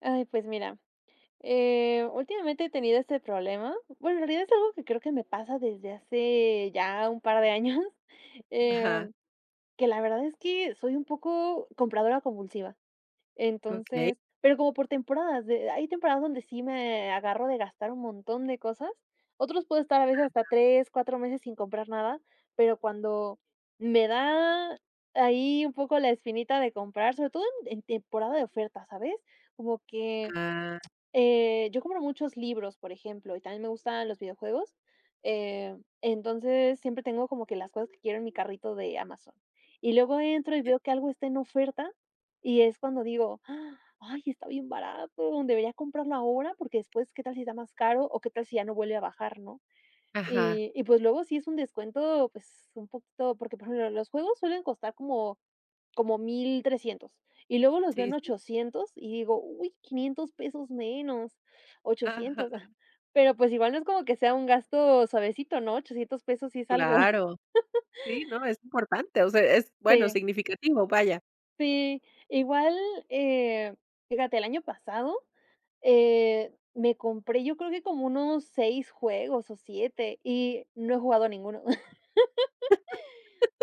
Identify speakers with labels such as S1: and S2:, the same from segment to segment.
S1: Ay, pues mira, últimamente he tenido este problema. Bueno, en realidad es algo que creo que me pasa desde hace ya un par de años.
S2: Ajá,
S1: em, que la verdad es que soy un poco compradora compulsiva.
S2: okey.
S1: Entonces, pero como por temporadas, hay temporadas donde sí me agarro de gastar un montón de cosas. Otros puedo estar a veces hasta 3, 4 meses sin comprar nada, pero cuando me da ahí un poco la espinita de comprar, sobre todo en temporada de oferta, ¿sabes? Como que
S2: Ah,
S1: yo compro muchos libros, por ejemplo, y también me gustan los videojuegos. Eh, entonces, siempre tengo como que las cosas que quiero en mi carrito de Amazon. Y luego entro y
S2: ya.
S1: veo que algo está en oferta, y es cuando digo: "Ah, ay, está bien barato, debería comprarlo ahora, porque después, ¿qué tal si está más caro o qué tal si ya no vuelve a bajar?, ¿no?".
S2: Ajá,
S1: Y pues luego sí es un descuento, pues un poquito, porque por ejemplo los juegos suelen costar como como 1,300. Y luego los veo
S2: sí,
S1: en
S2: sí.
S1: 800 y digo: "Uy, 500 pesos menos,
S2: Ajá,
S1: 800". Pero, pues, igual no es como que sea un gasto suavecito, ¿no? 800 pesos sí es algo.
S2: claro. Sí, no, es importante, o sea, es bueno,
S1: Sí,
S2: significativo, vaya.
S1: sí. Igual, eh, fíjate, el año pasado, me compré yo creo que como unos 6 juegos o 7 y no he jugado ninguno.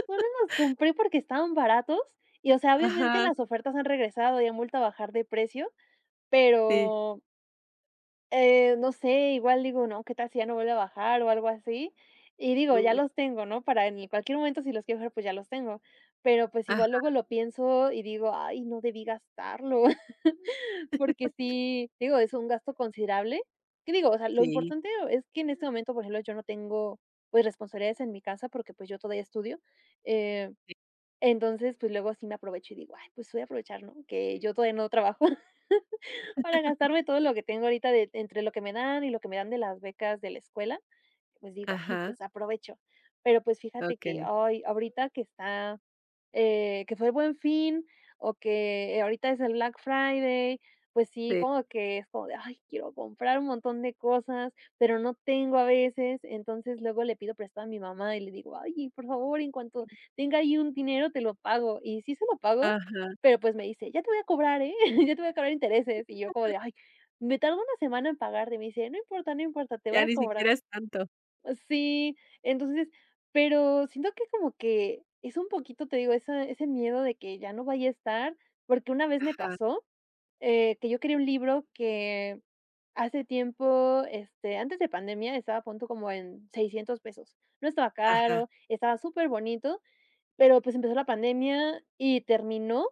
S1: Solo los compré porque estaban baratos y, o sea, obviamente
S2: Ajá,
S1: las ofertas han regresado y han vuelto a bajar de precio,
S2: sí.
S1: pero no sé, igual digo, no, ¿qué tal si ya no vuelve a bajar o algo así? Y digo, ya
S2: Uy.
S1: los tengo, ¿no? Para en cualquier momento, si los quiero usar, pues ya los tengo. Pero pues
S2: Ah,
S1: igual luego lo pienso y digo, ay, no debí gastarlo. Porque sí, digo, es un gasto considerable. ¿Qué digo? O sea, lo
S2: sí,
S1: importante es que en este momento, por ejemplo, yo no tengo pues responsabilidades en mi casa, porque pues yo todavía estudio. eh,
S2: sí.
S1: entonces, pues luego sí me aprovecho y digo, ay, pues voy a aprovechar, ¿no? Que yo todavía no trabajo. Para gastarme todo lo que tengo ahorita, de entre lo que me dan y lo que me dan de las becas de la escuela, pues digo: "Ay,
S2: Ajá,
S1: pues aprovecho". Pero, pues, fíjate que
S2: okey.
S1: hoy ahorita que está, que fue el Buen Fin, o que, ahorita es el Black Friday, pues sí,
S2: Sí.
S1: como que es como de: "Ay, quiero comprar un montón de cosas", pero no tengo a veces. Entonces, luego le pido prestado a mi mamá y le digo: "Ay, por favor, en cuanto tenga ahí un dinero, te lo pago". Y sí se lo pago,
S2: Ajá,
S1: pero, pues, me dice: "Ya te voy a cobrar, ¿eh? Ya te voy a cobrar intereses". Y yo como de: "Ay, me tardo una semana en pagarte". Y me dice: "No importa, no importa, te voy
S2: ya
S1: a
S2: ni
S1: cobrar".
S2: siquiera es tanto.
S1: Sí, entonces, pero siento que como que es un poquito, te digo, esa ese miedo de que ya no vaya a estar, porque una vez me
S2: Ajá,
S1: pasó, que yo quería un libro que hace tiempo, este, antes de pandemia, estaba a punto como en 600 pesos. No estaba
S2: ajá,
S1: caro, estaba súper bonito, pero, pues, empezó la pandemia y terminó,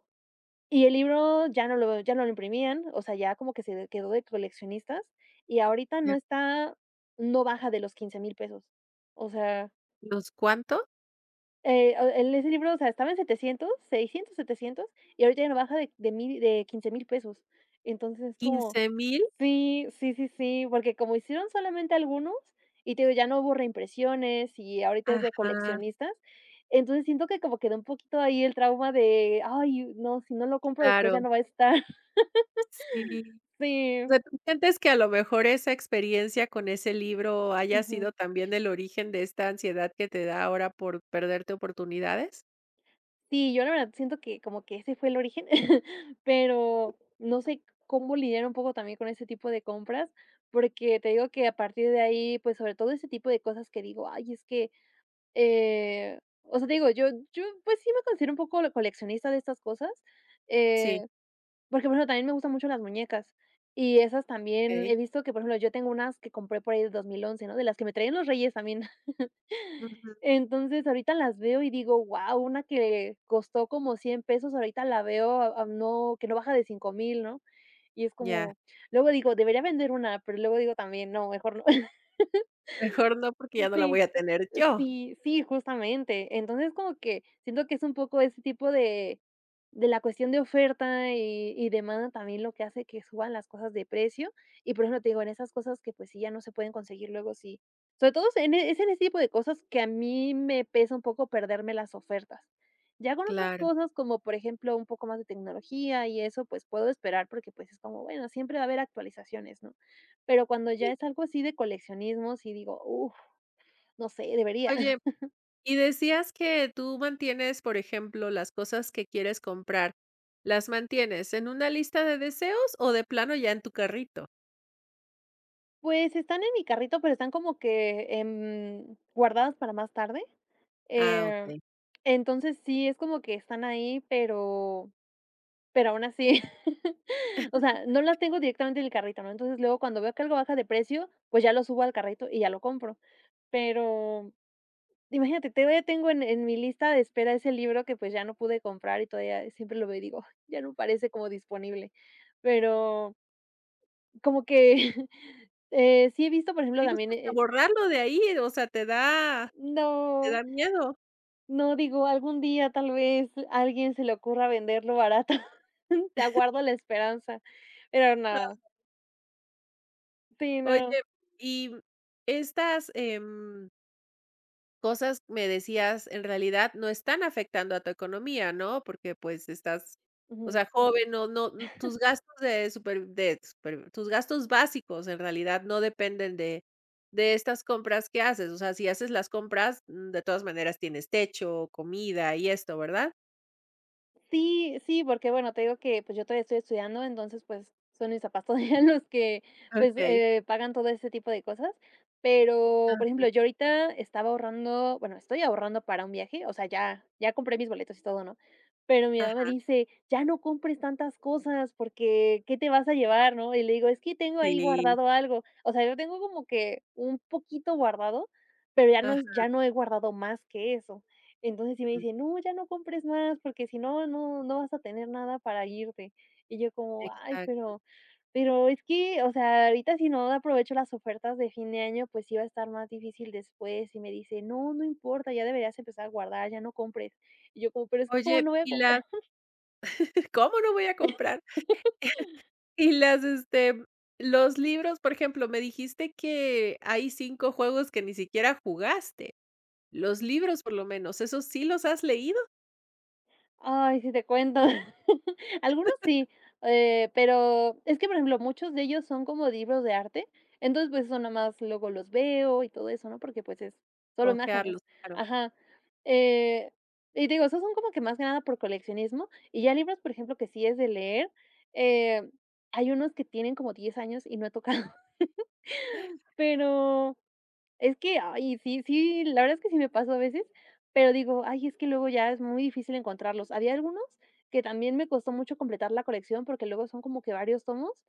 S1: y el libro ya no lo imprimían, o sea, ya como que se quedó de coleccionistas, y ahorita
S2: ya.
S1: no baja de los 15,000 pesos. O sea,
S2: ¿Los cuánto?
S1: o el ese libro, o sea, estaba en 700, 600, 700, y ahorita ya no baja de 15,000 pesos. Entonces, es como
S2: ¿15,000?
S1: sí, sí, sí, sí, porque como hicieron solamente algunos, y te digo, ya no hubo reimpresiones, y ahorita es de
S2: Ajá,
S1: coleccionistas. Entonces siento que como quedó un poquito ahí el trauma de: "Ay, no, si no lo compro después, ya
S2: claro.
S1: no va a estar".
S2: Sí. O
S1: Sí.
S2: sea, ¿tú sientes que a lo mejor esa experiencia con ese libro haya
S1: Ujú.
S2: sido también el origen de esta ansiedad que te da ahora por perderte oportunidades?
S1: Sí, yo la verdad siento que como que ese fue el origen, pero no sé cómo lidiar un poco también con ese tipo de compras, porque te digo que a partir de ahí, pues, sobre todo ese tipo de cosas que digo: "Ay, es que", o sea, te digo, yo, pues, sí me considero un poco la coleccionista de estas cosas,
S2: Sí,
S1: eh, porque, por ejemplo, también me gustan mucho las muñecas, y esas también
S2: okey.
S1: he visto que, por ejemplo, yo tengo unas que compré por ahí del 11, ¿no? De las que me traían los Reyes también.
S2: Ujú,
S1: Entonces, ahorita las veo y digo: "Guau", una que costó como 100 pesos, ahorita la veo a no, que no baja de 5,000, ¿no? Y es
S2: ya.
S1: como luego digo: "Debería vender una", pero luego digo también: "No, mejor no".
S2: Mejor no, porque ya no la voy
S1: Sí,
S2: a tener yo.
S1: sí, sí, justamente. Entonces, como que siento que es un poco ese tipo de la cuestión de oferta y demanda también lo que hace que suban las cosas de precio. Y, por ejemplo, te digo, en esas cosas que, pues, sí ya no se pueden conseguir, luego sí, sobre todo en e es en ese tipo de cosas que a mí me pesa un poco perderme las ofertas. Ya con otras
S2: Claro.
S1: cosas, como por ejemplo, un poco más de tecnología y eso, pues, puedo esperar, porque, pues, es como, bueno, siempre va a haber actualizaciones, ¿no? Pero cuando ya
S2: Sí.
S1: es algo así de coleccionismo, sí digo: uff, no sé,
S2: Oye,
S1: debería.
S2: y decías que tú mantienes, por ejemplo, las cosas que quieres comprar, ¿las mantienes en una lista de deseos o de plano ya en tu carrito?
S1: Pues, están en mi carrito, pero están como que, guardadas para más tarde.
S2: Ah,
S1: eh,
S2: okey.
S1: entonces sí, es como que están ahí, pero aún así, o sea, no las tengo directamente en el carrito, ¿no? Entonces, luego cuando veo que algo baja de precio, pues, ya lo subo al carrito y ya lo compro. Pero imagínate, todavía tengo en mi lista de espera ese libro que, pues, ya no pude comprar, y todavía siempre lo veo y digo: "Ay, ya no parece como disponible", pero como que, sí he visto, por ejemplo,
S2: ¿Te
S1: también,
S2: gusta hasta borrarlo de ahí? O sea, te
S1: no,
S2: da miedo?
S1: no digo, algún día tal vez alguien se le ocurra venderlo barato. Te aguardo la esperanza, pero no, sí,
S2: Oye,
S1: no.
S2: y estas, cosas, me decías, en realidad no están afectando a tu economía, ¿no? Porque, pues, estás, o
S1: Ujú.
S2: sea, joven, no no n- tus gastos de super tus gastos básicos, en realidad, no dependen de estas compras que haces. O sea, si haces las compras, mm, de todas maneras tienes techo, comida y esto, ¿verdad?
S1: Sí, sí, porque bueno, te digo que, pues, yo todavía estoy estudiando, entonces, pues, son mis papás todavía los que, pues,
S2: Okey.
S1: pagan todo ese tipo de cosas. Pero, por
S2: Ah.
S1: ejemplo, yo ahorita estaba ahorrando, bueno, estoy ahorrando para un viaje, o sea, ya compré mis boletos y todo, ¿no? Pero mi mamá me
S2: Ajá,
S1: dice: "Ya no compres tantas cosas, porque, ¿qué te vas a llevar?, ¿no?". Y le digo: "Es que tengo ahí
S2: sí.
S1: guardado algo". O sea, yo tengo como que un poquito guardado, pero
S2: Ajá,
S1: ya no he guardado más que eso. Entonces sí me dice: "No, ya no compres más, porque si no, no vas a tener nada para irte". Y yo como: "Ay,
S2: exacto.
S1: pero es que, o sea, ahorita si no aprovecho las ofertas de fin de año, pues sí va a estar más difícil después". Y me dice: "No, no importa, ya deberías empezar a guardar, ya no compres". Y yo como: "Pero es que, como
S2: Oye,
S1: no voy a
S2: y las
S1: comprar?".
S2: ¿cómo no voy a comprar? Y las, los libros, por ejemplo, me dijiste que hay 5 juegos que ni siquiera jugaste. Los libros, por lo menos, ¿esos sí los has leído?
S1: Ay, si te cuento. Algunos sí, pero es que, por ejemplo, muchos de ellos son como libros de arte, entonces, pues, eso nada más luego los veo y todo eso, ¿no? Porque, pues, es solo
S2: Ojearlos,
S1: imágenes.
S2: claro.
S1: Ajá. Eh, y te digo, esos son como que más que nada por coleccionismo, y ya libros, por ejemplo, que sí es de leer, eh, hay unos que tienen como 10 años y no he tocado. Pero es que, ay, sí, sí, la verdad es que sí me pasó a veces, pero digo: "Ay, es que luego ya es muy difícil encontrarlos". Había algunos que también me costó mucho completar la colección, porque luego son como que varios tomos,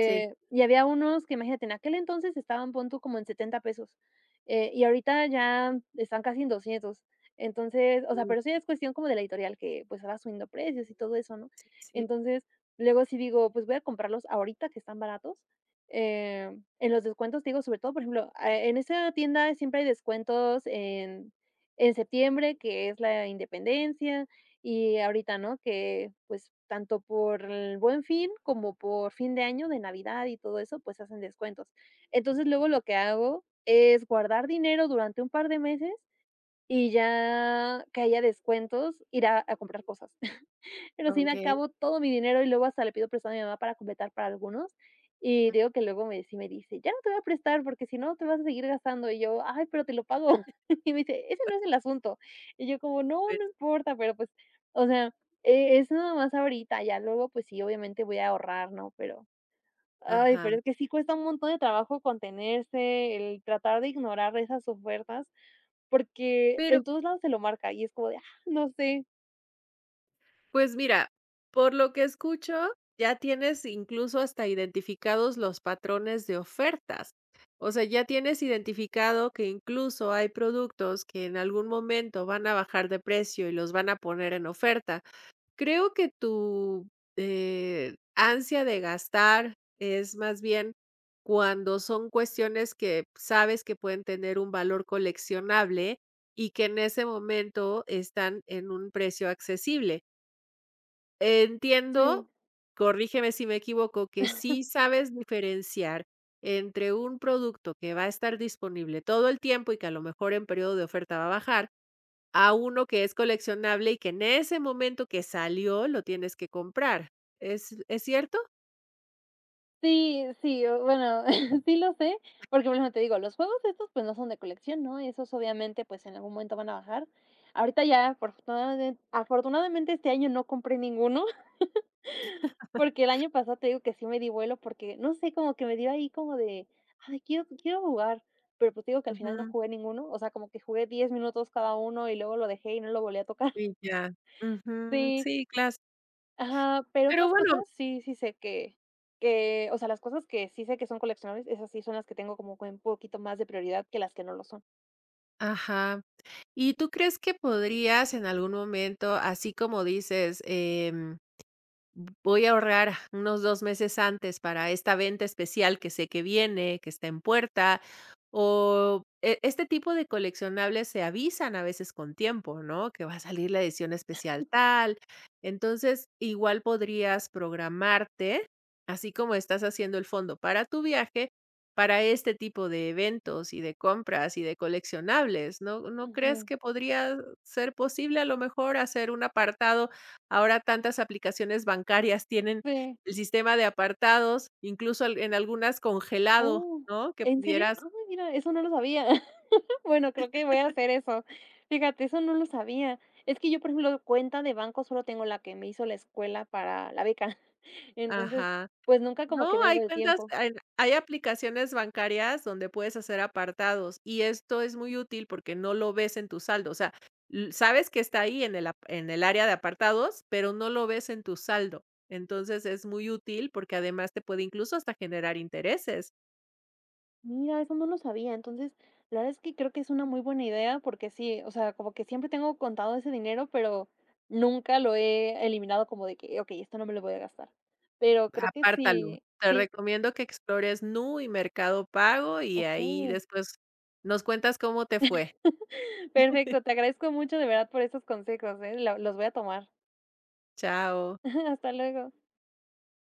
S2: Sí.
S1: y había unos que, imagínate, en aquel entonces estaban, pon tú, como en 70 pesos, y ahorita ya están casi en 200. Entonces, o sea,
S2: Mm,
S1: pero eso ya es cuestión como de la editorial que, pues, va subiendo precios y todo eso, ¿no?
S2: sí, sí.
S1: Entonces, luego sí digo: "Pues voy a comprarlos ahorita que están baratos", eh en los descuentos. Te digo, sobre todo, por ejemplo, ah, en esa tienda siempre hay descuentos en septiembre, que es la independencia, y ahorita, ¿no? Que, pues, tanto por el Buen Fin como por fin de año, de Navidad y todo eso, pues, hacen descuentos. Entonces, luego lo que hago es guardar dinero durante un par de meses, y ya que haya descuentos, ir a comprar cosas. Pero sí me
S2: Okey.
S1: acabo todo mi dinero y luego hasta le pido prestado a mi mamá para completar para algunos. Y
S2: Mm,
S1: digo que luego me sí me dice: "Ya no te voy a prestar porque si no te vas a seguir gastando". Y yo: "Ay, pero te lo pago". Y me dice: "Ese no es el asunto". Y yo como: "No,
S2: pues
S1: no importa", pero pues, o sea, es nada más ahorita, ya luego, pues sí, obviamente voy a ahorrar, ¿no? Pero, ay,
S2: ajá.
S1: pero es que sí cuesta un montón de trabajo contenerse, el tratar de ignorar esas ofertas, porque
S2: Pero,
S1: en todos lados te lo marca y es como de, ah, no sé.
S2: pues mira, por lo que escucho, ya tienes incluso hasta identificados los patrones de ofertas. O sea, ya tienes identificado que incluso hay productos que en algún momento van a bajar de precio y los van a poner en oferta. Creo que tu ansia de gastar es más bien cuando son cuestiones que sabes que pueden tener un valor coleccionable y que en ese momento están en un precio accesible. Entiendo,
S1: Sí.
S2: corrígeme si me equivoco, que sí sabes diferenciar entre un producto que va a estar disponible todo el tiempo y que a lo mejor en periodo de oferta va a bajar a uno que es coleccionable y que en ese momento que salió lo tienes que comprar. Es cierto?
S1: Sí, sí, o bueno, sí lo sé, porque, por ejemplo, te digo, los juegos estos, pues, no son de colección, ¿no? Esos, obviamente, pues, en algún momento van a bajar. Ahorita ya, por afortunadamente, este año no compré ninguno. Porque el año pasado te digo que sí me di vuelo, porque, no sé, como que me dio ahí como de: "Ay, quiero jugar", pero, pues, te digo que al final no
S2: Ujú,
S1: jugué ninguno, o sea, como que jugué 10 minutos cada uno y luego lo dejé y no lo volví a tocar.
S2: y ya. Ujú,
S1: Sí.
S2: sí, claro.
S1: Ajá, pero
S2: Pero
S1: otras
S2: bueno,
S1: cosas sí, sí sé que, o sea, las cosas que sí sé que son coleccionables, esas sí son las que tengo como que un poquito más de prioridad que las que no lo son.
S2: ajá. ¿Y tú crees que podrías en algún momento, así como dices, voy a ahorrar unos 2 meses antes para esta venta especial que sé que viene, que está en puerta, o e este tipo de coleccionables se avisan a veces con tiempo, ¿no? Que va a salir la edición especial tal. Entonces, igual podrías programarte, así como estás haciendo el fondo para tu viaje, para este tipo de eventos y de compras y de coleccionables, ¿no no crees
S1: Ujú.
S2: que podría ser posible, a lo mejor, hacer un apartado? Ahora tantas aplicaciones bancarias tienen
S1: Sí.
S2: el sistema de apartados, incluso al en algunas congelado,
S1: Oh,
S2: ¿no? Que
S1: ¿en serio?
S2: pudieras
S1: Ah, mira, eso no lo sabía. Bueno, creo que voy a hacer eso. Fíjate, eso no lo sabía. Es que yo, por ejemplo, cuenta de banco solo tengo la que me hizo la escuela para la beca. Entonces,
S2: ajá.
S1: pues nunca como
S2: No,
S1: que me he
S2: hay
S1: dado el
S2: cuentas,
S1: tiempo.
S2: hay hay aplicaciones bancarias donde puedes hacer apartados, y esto es muy útil porque no lo ves en tu saldo, o sea, l sabes que está ahí en el ap en el área de apartados, pero no lo ves en tu saldo. Entonces, es muy útil porque además te puede incluso hasta generar intereses.
S1: Mira, eso no lo sabía. Entonces, la verdad es que creo que es una muy buena idea, porque sí, o sea, como que siempre tengo contado ese dinero, pero nunca lo he eliminado como de que, ok, esto no me lo voy a gastar. Pero creo que
S2: Apártalo.
S1: sí,
S2: Te
S1: sí,
S2: recomiendo que explores Nu y Mercado Pago, y
S1: ok.
S2: ahí después nos cuentas cómo te fue.
S1: Perfecto, te agradezco mucho de verdad por estos consejos, ¿eh? Los voy a tomar.
S2: Chao.
S1: Hasta luego.